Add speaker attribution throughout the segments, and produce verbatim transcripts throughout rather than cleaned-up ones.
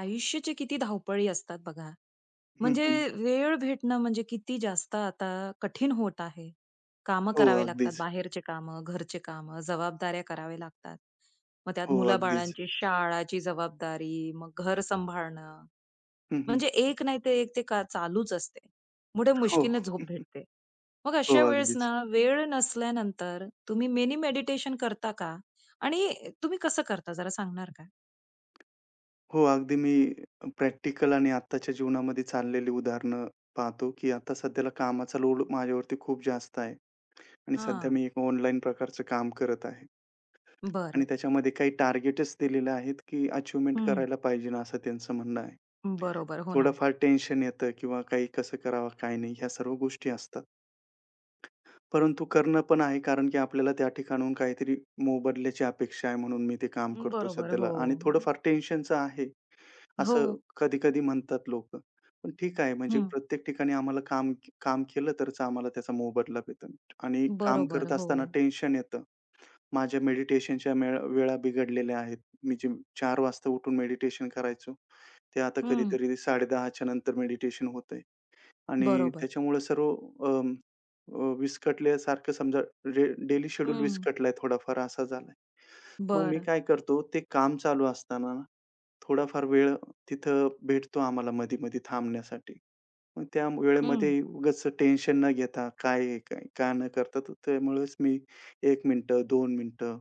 Speaker 1: आयुष्याच्या किती धावपळी असतात बघा.
Speaker 2: हं,
Speaker 1: म्हणजे
Speaker 2: हं.
Speaker 1: वेळ भेटणं म्हणजे किती जास्त आता कठीण होत आहे. कामं
Speaker 2: हो,
Speaker 1: करावे लागतात,
Speaker 2: अगदीच.
Speaker 1: बाहेरचे कामं, घरचे कामं, जबाबदाऱ्या कराव्या लागतात. मग त्यात
Speaker 2: हो, अगदीच.
Speaker 1: मुलाबाळांची शाळाची जबाबदारी, मग घर सांभाळणं,
Speaker 2: हं, हं.
Speaker 1: म्हणजे एक नाही ते एक ते का चालूच असते. पुढे
Speaker 2: हो,
Speaker 1: मुश्कीलने झोप भेटते. मग
Speaker 2: हो,
Speaker 1: अशा वेळेस
Speaker 2: अगदीच.
Speaker 1: ना वेळ नसल्यानंतर तुम्ही मिनी मेडिटेशन करता का? आणि तुम्ही कसं करता जरा सांगणार का?
Speaker 2: हो, अगदी मी प्रॅक्टिकल आणि आत्ताच्या जीवनामध्ये चाललेली उदाहरणं पाहतो, की आता सध्याला कामाचा लोड माझ्यावरती खूप जास्त आहे आणि सध्या
Speaker 1: हां,
Speaker 2: मी एक ऑनलाईन प्रकारचं काम करत आहे आणि
Speaker 1: बरं.
Speaker 2: त्याच्यामध्ये काही टार्गेटच दिलेले आहेत, की अचीव्हमेंट करायला पाहिजे ना, असं त्यांचं म्हणणं आहे.
Speaker 1: बरोबर. हो ना.
Speaker 2: थोडंफार टेन्शन येतं किंवा काही कसं करावं, काय नाही, ह्या सर्व गोष्टी असतात. परंतु करणं पण आहे, कारण की आपल्याला त्या ठिकाणाहून काहीतरी मोबदल्याची अपेक्षा आहे, म्हणून मी ते काम करतो
Speaker 1: बरोबर. हो.
Speaker 2: सध्याला आणि थोडंफार टेन्शनचं आहे,
Speaker 1: हो.
Speaker 2: असं कधी-कधी म्हणतात लोकं. पण ठीक आहे, म्हणजे
Speaker 1: हं.
Speaker 2: प्रत्येक ठिकाणी आम्हाला काम काम केलं तरच आम्हाला त्याचा मोबदला भेटेल आणि काम
Speaker 1: बरोबर.
Speaker 2: करत
Speaker 1: हो.
Speaker 2: असताना टेन्शन येतं. माझ्या मेडिटेशनच्या वेळा बिघडलेल्या आहेत. मी जे चार वाजता उठून मेडिटेशन करायचो, ते आता
Speaker 1: हं.
Speaker 2: कधीतरी 10:30च्या नंतर मेडिटेशन होतंय. आणि
Speaker 1: बरोबर.
Speaker 2: त्याच्यामुळे सर्व अं, अ, विस्कटल्यासारखं समजा डे डेली शेड्यूल
Speaker 1: हं.
Speaker 2: विस्कटलाय, थोडाफार असा झालाय. मग मी
Speaker 1: बरं.
Speaker 2: काय करतो ते काम चालू असताना ना, थोडाफार वेळ तिथं भेटतो आम्हाला मधी-मधी थांबण्यासाठी. मग त्या
Speaker 1: हं.
Speaker 2: वेळेमध्ये उगाच टेन्शन न घेता काय आहे, काय काय न करता, तर त्यामुळेच मी एक मिनिटं, दोन मिनिटं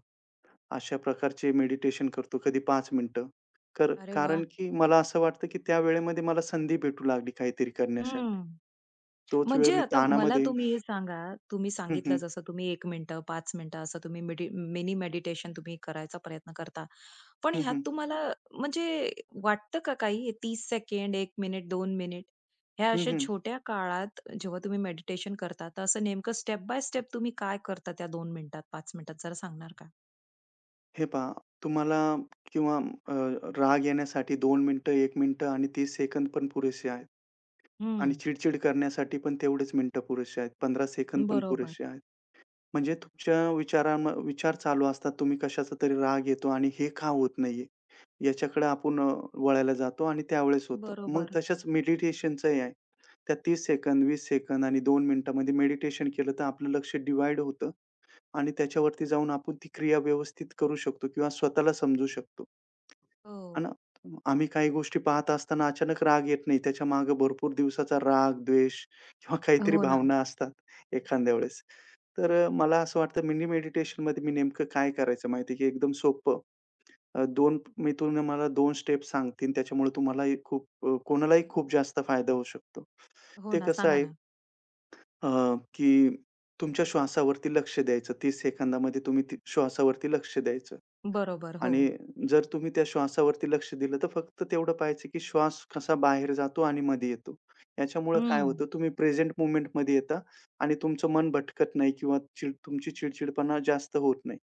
Speaker 2: अशा प्रकारचे मेडिटेशन करतो, कधी पाच मिनिटं. कर
Speaker 1: अरे वाह!
Speaker 2: कारण की मला असं वाटतं, की त्या वेळेमध्ये मला संधी भेटू लागली काहीतरी करण्यासाठी.
Speaker 1: हं.
Speaker 2: तोच वेळ
Speaker 1: म्हणजे
Speaker 2: मी
Speaker 1: आता मला
Speaker 2: ताणामध्ये.
Speaker 1: तुम्ही हे सांगा, तुम्ही
Speaker 2: हं,
Speaker 1: सांगितलं
Speaker 2: हं.
Speaker 1: जसं तुम्ही एक मिनिटं, पाच मिनिटं असं तुम्ही मिनी मेडिटेशन तुम्ही करायचा प्रयत्न करता. पण
Speaker 2: हं,
Speaker 1: ह्यात
Speaker 2: हं.
Speaker 1: तुम्हाला म्हणजे वाटतं का काही तीस सेकंड, एक मिनिट, दोन मिनिट ह्या
Speaker 2: हं,
Speaker 1: अशा
Speaker 2: हं.
Speaker 1: छोट्या काळात जेव्हा तुम्ही मेडिटेशन करता, तर असं नेमकं स्टेप बाय स्टेप तुम्ही काय करता त्या दोन मिनिटात, पाच मिनिटात जरा सांगणार का?
Speaker 2: हे पहा, तुम्हाला किंवा अ, राग येण्यासाठी दोन मिनिटं, एक मिनिटं आणि तीस सेकंद पण पुरेसे आहेत. आणि
Speaker 1: हं.
Speaker 2: चिड करण्यासाठी पण तेवढेच मिनिटं पुरेसे आहेत. पंधरा सेकंद पण
Speaker 1: बरोबर,
Speaker 2: पुरेसे आहेत. म्हणजे तुमच्या विचारां विचार चालू असतात. तुम्ही कशाचा तरी राग येतो आणि हे का होत नाहीये? याच्याकडे आपण अ, वळायला जातो आणि त्यावेळेस होतं. मग
Speaker 1: बरोबर.
Speaker 2: तशाच मेडिटेशनचंही आहे. त्या तीस सेकंद, वीस सेकंद आणि दोन मिनिटामध्ये मेडिटेशन केलं तर आपलं लक्ष डिव्हाईड होतं आणि त्याच्यावरती जाऊन आपण ती क्रिया व्यवस्थित करू शकतो किंवा स्वतःला समजू शकतो.
Speaker 1: हो.
Speaker 2: आणि आम्ही काही गोष्टी पाहत असताना अचानक राग येत नाही. त्याच्यामागे भरपूर दिवसाचा राग, द्वेष किंवा काहीतरी
Speaker 1: हो ना,
Speaker 2: भावना असतात एखाद्या वेळेस. तर अ, मला असं वाटतं मिनी मेडिटेशनमध्ये मी नेमकं काय करायचं माहिती आहे, की एकदम सोपं. अ, दोन मी तुम्ही मला दोन स्टेप सांगतील, त्याच्यामुळे तुम्हालाही खूप अ, कोणालाही खूप जास्त फायदा होऊ शकतो.
Speaker 1: हो
Speaker 2: ते
Speaker 1: ना.
Speaker 2: कसं
Speaker 1: सांगा
Speaker 2: आहे,
Speaker 1: ना.
Speaker 2: अ, की तुमच्या श्वासावरती लक्ष द्यायचं. तीस सेकंदामध्ये तुम्ही ती श्वासावरती लक्ष द्यायचं
Speaker 1: बरोबर, हो.
Speaker 2: आणि जर तुम्ही त्या श्वासावरती लक्ष दिलं, तर फक्त तेवढं पाहायचं की श्वास कसा बाहेर जातो आणि मध्ये येतो. याच्यामुळं काय
Speaker 1: हं.
Speaker 2: होतं, तुम्ही प्रेझेंट मोमेंटमध्ये येता आणि तुमचं मन भटकत नाही किंवा चिड तुमची चिडचिडपणा जास्त होत नाही.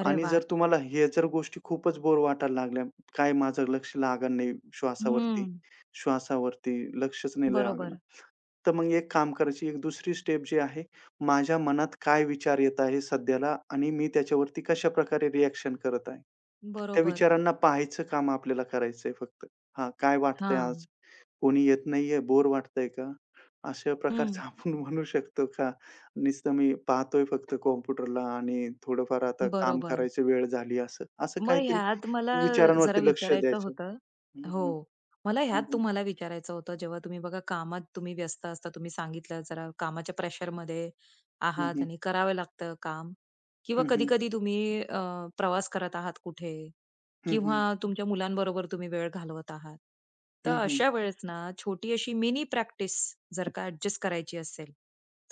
Speaker 1: अरे
Speaker 2: आणि
Speaker 1: वाह!
Speaker 2: जर तुम्हाला हे, जर गोष्टी खूपच बोर वाटायला लागल्या, काय माझं लक्ष लागत नाही श्वासावरती,
Speaker 1: हं.
Speaker 2: श्वासावरती लक्षच नाही लागत.
Speaker 1: बरोबर.
Speaker 2: तर मग एक काम करायची एक दुसरी स्टेप जी आहे, माझ्या मनात काय विचार येत आहे सध्याला आणि मी त्याच्यावरती कशाप्रकारे रिएक्शन करत आहे. त्या
Speaker 1: बरोबर.
Speaker 2: विचारांना पाहायचं काम आपल्याला करायचंय फक्त. हां, काय वाटतंय आज?
Speaker 1: हां.
Speaker 2: कोणी येत नाहीये? बोर वाटतंय का? अशा
Speaker 1: हं.
Speaker 2: प्रकारचं आपण म्हणू शकतो का? नुसतं मी पाहतोय फक्त कॉम्प्युटरला आणि थोडंफार आता काम
Speaker 1: बरोबर.
Speaker 2: करायची वेळ झाली, असं. असं
Speaker 1: मग
Speaker 2: काहीतरी
Speaker 1: ह्यात मला जरा
Speaker 2: विचारांवरती लक्ष
Speaker 1: विचारायचं
Speaker 2: द्यायचं.
Speaker 1: होतं
Speaker 2: हं,
Speaker 1: हो.
Speaker 2: हं.
Speaker 1: मला ह्यात
Speaker 2: हं, हं.
Speaker 1: तुम्हाला विचारायचं होतं, जेव्हा तुम्ही बघा कामात तुम्ही व्यस्त असता, तुम्ही सांगितलं जरा कामाच्या प्रेशरमध्ये
Speaker 2: हं,
Speaker 1: आहात
Speaker 2: हं.
Speaker 1: आणि करावं लागतं काम किंवा
Speaker 2: हं, हं.
Speaker 1: कधी-कधी तुम्ही अ, प्रवास करत आहात कुठे
Speaker 2: हं,
Speaker 1: किंवा
Speaker 2: हं.
Speaker 1: तुमच्या मुलांबरोबर तुम्ही वेळ घालवत आहात. तर
Speaker 2: हं,
Speaker 1: अशा वेळेस ना, छोटी अशी मिनी प्रॅक्टिस जर का ॲडजस्ट करायची असेल,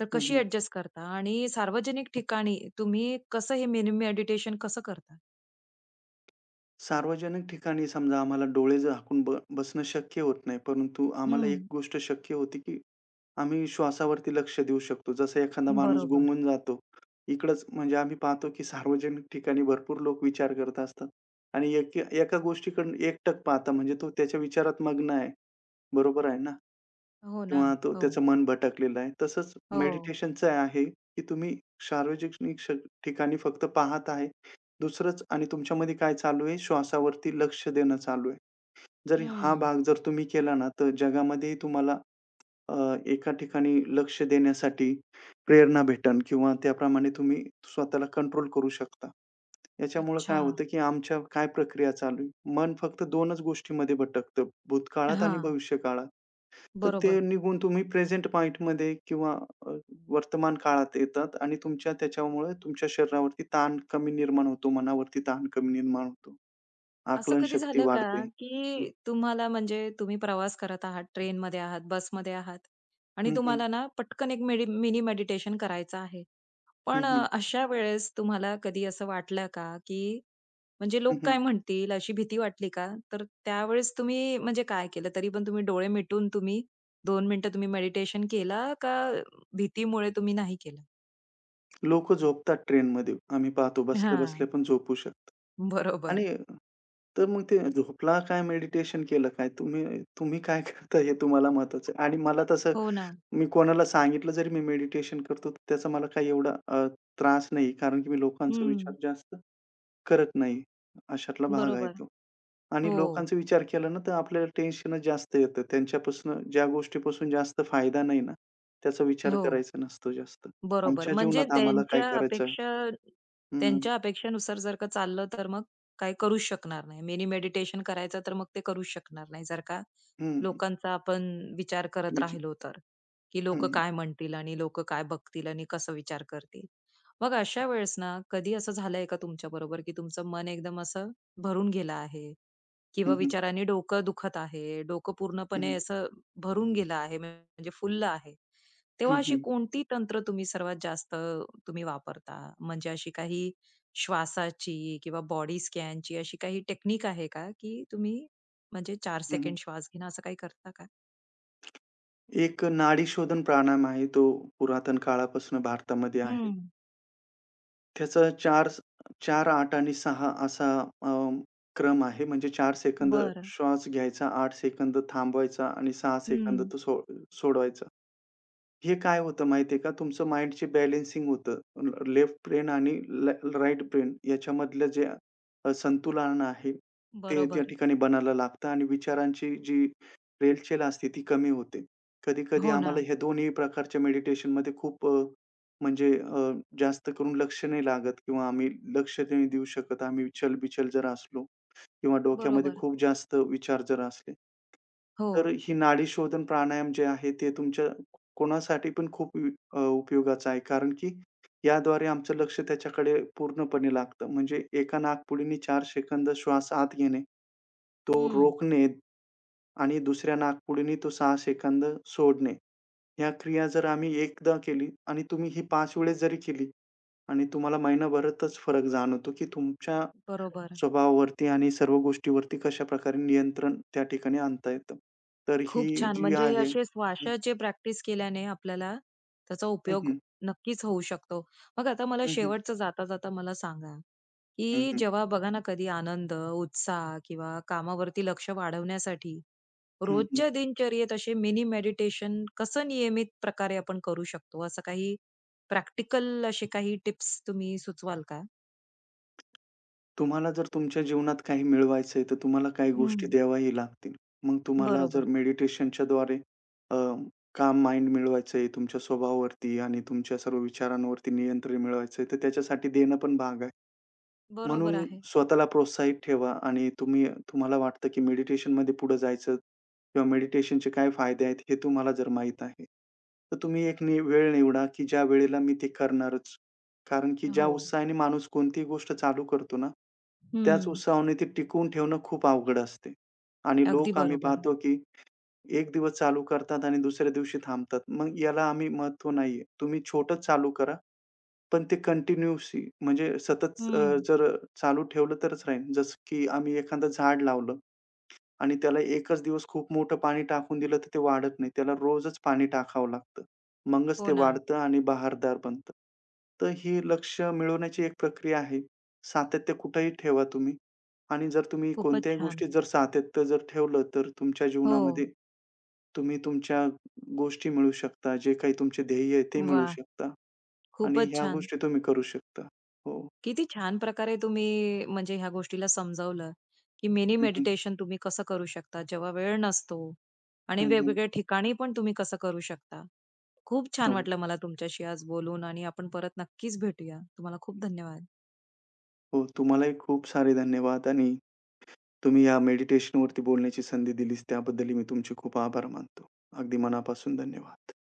Speaker 1: तर कशी ॲडजस्ट करता? आणि सार्वजनिक ठिकाणी तुम्ही कसं हे मिनी मेडिटेशन कसं करता?
Speaker 2: सार्वजनिक ठिकाणी समजा आम्हाला डोळे झाकून ब बसणं शक्य होत नाही. परंतु आम्हाला एक
Speaker 1: हं.
Speaker 2: गोष्ट शक्य होती, की आम्ही श्वासावरती लक्ष देऊ शकतो. जसं एखादा माणूस
Speaker 1: बरोबर.
Speaker 2: गुंगून जातो, इकडंच, म्हणजे आम्ही पाहतो, की सार्वजनिक ठिकाणी भरपूर लोक विचार करत असतात आणि एक एका गोष्टीकडून एकटक पाहता म्हणजे तो त्याच्या विचारात मग्न आहे. बरोबर आहे ना?
Speaker 1: हो ना.
Speaker 2: किंवा तो,
Speaker 1: हो.
Speaker 2: त्याचं मन भटकलेलं आहे. तसंच
Speaker 1: हो.
Speaker 2: मेडिटेशनचं आहे, की तुम्ही सार्वजनिक श ठिकाणी फक्त पाहत आहे. दुसरंच, आणि तुमच्यामध्ये काय चालू आहे, श्वासावरती लक्ष देणं चालू आहे. जर हा
Speaker 1: हं.
Speaker 2: भाग जर तुम्ही केला ना, तर जगामध्येही तुम्हाला अ, एका ठिकाणी लक्ष देण्यासाठी प्रेरणा भेटेल किंवा त्याप्रमाणे तुम्ही स्वतःला कंट्रोल करू शकता. याच्यामुळं
Speaker 1: अच्छा.
Speaker 2: काय होतं, की आमच्या काय प्रक्रिया चालू आहे. मन फक्त दोनच गोष्टींमध्ये भटकतं, भूतकाळात आणि
Speaker 1: हां,
Speaker 2: भविष्यकाळात. तर ते
Speaker 1: बरोबर.
Speaker 2: निघून तुम्ही प्रेझेंट पॉइंटमध्ये किंवा अ, वर्तमान काळात येतात आणि तुमच्या त्याच्यामुळे तुमच्या शरीरावरती ताण कमी निर्माण होतो, मनावरती ताण कमी निर्माण होतो.
Speaker 1: असं
Speaker 2: आकलन
Speaker 1: कधी
Speaker 2: शक्ती
Speaker 1: झालं का,
Speaker 2: वाढते. हं.
Speaker 1: की तुम्हाला म्हणजे तुम्ही प्रवास करत आहात, ट्रेनमध्ये आहात, बसमध्ये आहात आणि
Speaker 2: हं, हं.
Speaker 1: तुम्हाला ना पटकन एक मिनी मेडिटेशन करायचं आहे.
Speaker 2: हं,
Speaker 1: पण अ,
Speaker 2: हं.
Speaker 1: अशा वेळेस तुम्हाला कधी असं वाटलं का, की म्हणजे
Speaker 2: हं,
Speaker 1: लोक काय
Speaker 2: हं.
Speaker 1: म्हणतील अशी भीती वाटली का? तर त्यावेळेस तुम्ही म्हणजे काय केलं? तरी पण तुम्ही डोळे मिटून तुम्ही दोन मिनिटं तुम्ही मेडिटेशन केला का भीतीमुळे तुम्ही नाही केलं?
Speaker 2: लोकं झोपतात ट्रेनमध्ये. आम्ही पाहतो बसल्या-बसल्या
Speaker 1: हां.
Speaker 2: पण झोपू शकतात.
Speaker 1: बरोबर.
Speaker 2: आणि तर मग ते झोपला काय, मेडिटेशन केलं काय? तुम्ही तुम्ही काय करता हे तुम्हाला महत्वाचं आहे. आणि मला तसं,
Speaker 1: हो ना.
Speaker 2: मी कोणाला सांगितलं जरी मी मेडिटेशन करतो, तर त्याचा मला काही एवढा अ, त्रास नाही. कारण की मी लोकांचा विचार
Speaker 1: हं.
Speaker 2: जास्त करत नाही. अशातला भाग आहे
Speaker 1: बरोबर.
Speaker 2: तो. आणि
Speaker 1: हो.
Speaker 2: लोकांचा विचार केला ना, तर आपल्याला टेन्शनच जास्त येतं. त्यांच्यापासून, ज्या गोष्टीपासून जास्त फायदा नाही ना, त्याचा विचार
Speaker 1: हो.
Speaker 2: करायचा नसतो जास्त.
Speaker 1: बरोबर.
Speaker 2: आमच्या
Speaker 1: म्हणजे
Speaker 2: जीवनात आम्हाला काय
Speaker 1: त्यांच्या
Speaker 2: करायचं.
Speaker 1: अपेक्षा
Speaker 2: हं,
Speaker 1: त्यांच्या अपेक्षेनुसार जर का चाललं, तर मग काही करूच शकणार नाही. मिनी मेडिटेशन करायचं, तर मग ते करूच शकणार नाही. जर का
Speaker 2: हं.
Speaker 1: लोकांचा आपण विचार करत
Speaker 2: विच
Speaker 1: राहिलो तर, की
Speaker 2: हं,
Speaker 1: लोकं
Speaker 2: हं,
Speaker 1: काय म्हणतील आणि लोकं काय बघतील आणि कसं विचार करतील. मग अशा वेळेस ना, कधी असं झालंय का तुमच्याबरोबर, की तुमचं मन एकदम असं भरून गेलं आहे
Speaker 2: हं,
Speaker 1: किंवा
Speaker 2: हं,
Speaker 1: विचारांनी डोकं दुखत आहे, डोकं पूर्णपणे असं भरून गेलं आहे, म्हणजे फुललं आहे? तेव्हा
Speaker 2: हं,
Speaker 1: अशी
Speaker 2: हं,
Speaker 1: कोणती तंत्र तुम्ही सर्वात जास्त तुम्ही वापरता? म्हणजे अशी काही श्वासाची किंवा बॉडी स्कॅनची अशी काही टेक्निक आहे का, की तुम्ही म्हणजे चार
Speaker 2: हं.
Speaker 1: सेकंड श्वास घेणं असं काही करता का?
Speaker 2: एक नाडी शोधन प्राणायाम आहे, तो पुरातन काळापासून भारतामध्ये आहे.
Speaker 1: हं.
Speaker 2: त्याचा चार चार, आठ आणि सहा असा अ, क्रम आहे. म्हणजे चार सेकंद
Speaker 1: बरं.
Speaker 2: श्वास घ्यायचा, आठ सेकंद थांबवायचा आणि सहा सेकंद
Speaker 1: हं.
Speaker 2: तो सो सोडवायचा. हे काय होतं माहिती आहे का, तुमचं माइंडचे बॅलन्सिंग होतं. ल लेफ्ट ब्रेन आणि ल राइट ब्रेन याच्यामधलं जे अ, संतुलन आहे, ते त्या
Speaker 1: बरोबर.
Speaker 2: ठिकाणी बनायला लागतं आणि विचारांची जी रेलचेल असते ती कमी होते. कधी-कधी
Speaker 1: हो ना.
Speaker 2: आम्हाला हे दोन्ही प्रकारच्या मेडिटेशनमध्ये खूप अ, म्हणजे अ, जास्त करून लक्ष नाही लागत किंवा आम्ही लक्ष नाही देऊ शकत. आम्ही चल जर असलो किंवा डोक्यामध्ये
Speaker 1: बरोबर.
Speaker 2: खूप जास्त विचार जर असले.
Speaker 1: हो.
Speaker 2: तर ही नाडी शोधन प्राणायाम जे आहे, ते तुमच्या कोणासाठी पण खूप उ अ, उपयोगाचं आहे. कारण की याद्वारे आमचं लक्ष त्याच्याकडे पूर्णपणे लागतं. म्हणजे एका नाकपुडीने चार सेकंद श्वास आत घेणे, तो
Speaker 1: हं.
Speaker 2: रोखणे आणि दुसऱ्या नाकपुडीने तो सहा सेकंद सोडणे. ह्या क्रिया जर आम्ही एकदा केली आणि तुम्ही ही पाच वेळेस जरी केली आणि तुम्हाला महिनाभरातच फरक जाणवतो, की तुमच्या
Speaker 1: बरोबर.
Speaker 2: स्वभावावरती आणि सर्व गोष्टीवरती कशाप्रकारे नियंत्रण त्या ठिकाणी आणता येतं. तर ही
Speaker 1: खूप छान.
Speaker 2: जी
Speaker 1: म्हणजे हे
Speaker 2: आहे.
Speaker 1: असे श्वासाचे प्रॅक्टिस केल्याने आपल्याला त्याचा
Speaker 2: हं,
Speaker 1: उपयोग
Speaker 2: हं,
Speaker 1: नक्कीच होऊ शकतो. मग आता मला
Speaker 2: हं, हं, हं,
Speaker 1: शेवटचं जाता-जाता मला सांगा,
Speaker 2: हं,
Speaker 1: की
Speaker 2: हं,
Speaker 1: जेव्हा बघा ना कधी आनंद, उत्साह किंवा कामावरती लक्ष वाढवण्यासाठी
Speaker 2: हं.
Speaker 1: रोजच्या दिनचर्येत असे मिनी मेडिटेशन कसं नियमित प्रकारे आपण करू शकतो? असं काही प्रॅक्टिकल असे काही टिप्स तुम्ही सुचवाल का?
Speaker 2: तुम्हाला जर तुमच्या जीवनात काही मिळवायचंय, तर तुम्हाला काही गोष्टी
Speaker 1: हं.
Speaker 2: द्याव्याही लागतील. मग तुम्हाला
Speaker 1: बरोबर.
Speaker 2: जर मेडिटेशनच्या द्वारे अ, काम माइंड मिळवायचंय, तुमच्या स्वभावावरती आणि तुमच्या सर्व विचारांवरती नियंत्रण मिळवायचंय, तर त्याच्यासाठी देणं पण भाग आहे.
Speaker 1: बरोबर
Speaker 2: म्हणून
Speaker 1: आहे.
Speaker 2: स्वतःला प्रोत्साहित ठेवा, आणि तुम्ही, तुम्हाला वाटतं की मेडिटेशनमध्ये पुढे जायचं किंवा मेडिटेशनचे काय फायदे आहेत हे तुम्हाला जर माहीत आहे, तर तुम्ही एक नि वेळ निवडा की ज्या वेळेला मी ते करणारच. कारण की ज्या
Speaker 1: हो.
Speaker 2: उत्साहाने माणूस कोणतीही गोष्ट चालू करतो ना, त्याच
Speaker 1: हं.
Speaker 2: उत्साहाने ती टिकवून ठेवणं खूप अवघड असते. आणि
Speaker 1: अगदी
Speaker 2: लोक, आम्ही
Speaker 1: बरोबर.
Speaker 2: पाहतो की एक दिवस चालू करतात आणि दुसऱ्या दिवशी थांबतात. मग याला आम्ही महत्त्व नाहीये. तुम्ही छोटं चालू करा. पण ते कंटिन्यूअसली, म्हणजे सतत, अ,
Speaker 1: हं.
Speaker 2: जर चालू ठेवलं तरच राहील. जसं की आम्ही एखादं झाड लावलं आणि त्याला एकच दिवस खूप मोठं पाणी टाकून दिलं तर ते वाढत नाही. त्याला रोजच पाणी टाकावं लागतं. मगच
Speaker 1: हो
Speaker 2: ते
Speaker 1: ना.
Speaker 2: वाढतं आणि बहारदार बनतं. तर ही लक्ष्य मिळवण्याची एक प्रक्रिया आहे. सातत्य कुठेही ठेवा तुम्ही, आणि जर तुम्ही
Speaker 1: खूपच
Speaker 2: कोणत्याही
Speaker 1: छान.
Speaker 2: गोष्टीत जर सातत्य जर ठेवलं तर तुमच्या
Speaker 1: हो.
Speaker 2: जीवनामध्ये तुम्ही तुमच्या गोष्टी मिळवू शकता. जे काही तुमचे ध्येय आहे ते मिळवू
Speaker 1: वाह!
Speaker 2: शकता. आणि
Speaker 1: खूपच
Speaker 2: ह्या
Speaker 1: छान.
Speaker 2: गोष्टी तुम्ही करू शकता. हो.
Speaker 1: किती छान प्रकारे तुम्ही म्हणजे ह्या गोष्टीला समजावलं, की मिनी
Speaker 2: हं, हं.
Speaker 1: मेडिटेशन तुम्ही कसं करू शकता जेव्हा वेळ नसतो
Speaker 2: हं,
Speaker 1: आणि
Speaker 2: हं.
Speaker 1: वेगवेगळ्या ठिकाणी पण तुम्ही कसं करू शकता. खूप छान
Speaker 2: हो,
Speaker 1: वाटलं मला तुमच्याशी आज बोलून आणि आपण परत नक्कीच भेटूया. तुम्हाला खूप धन्यवाद.
Speaker 2: हो. तुम्हालाही खूप सारे धन्यवाद, आणि तुम्ही या मेडिटेशनवरती बोलण्याची संधी दिलीस त्याबद्दलही मी तुमचे खूप आभार मानतो. अगदी मनापासून धन्यवाद.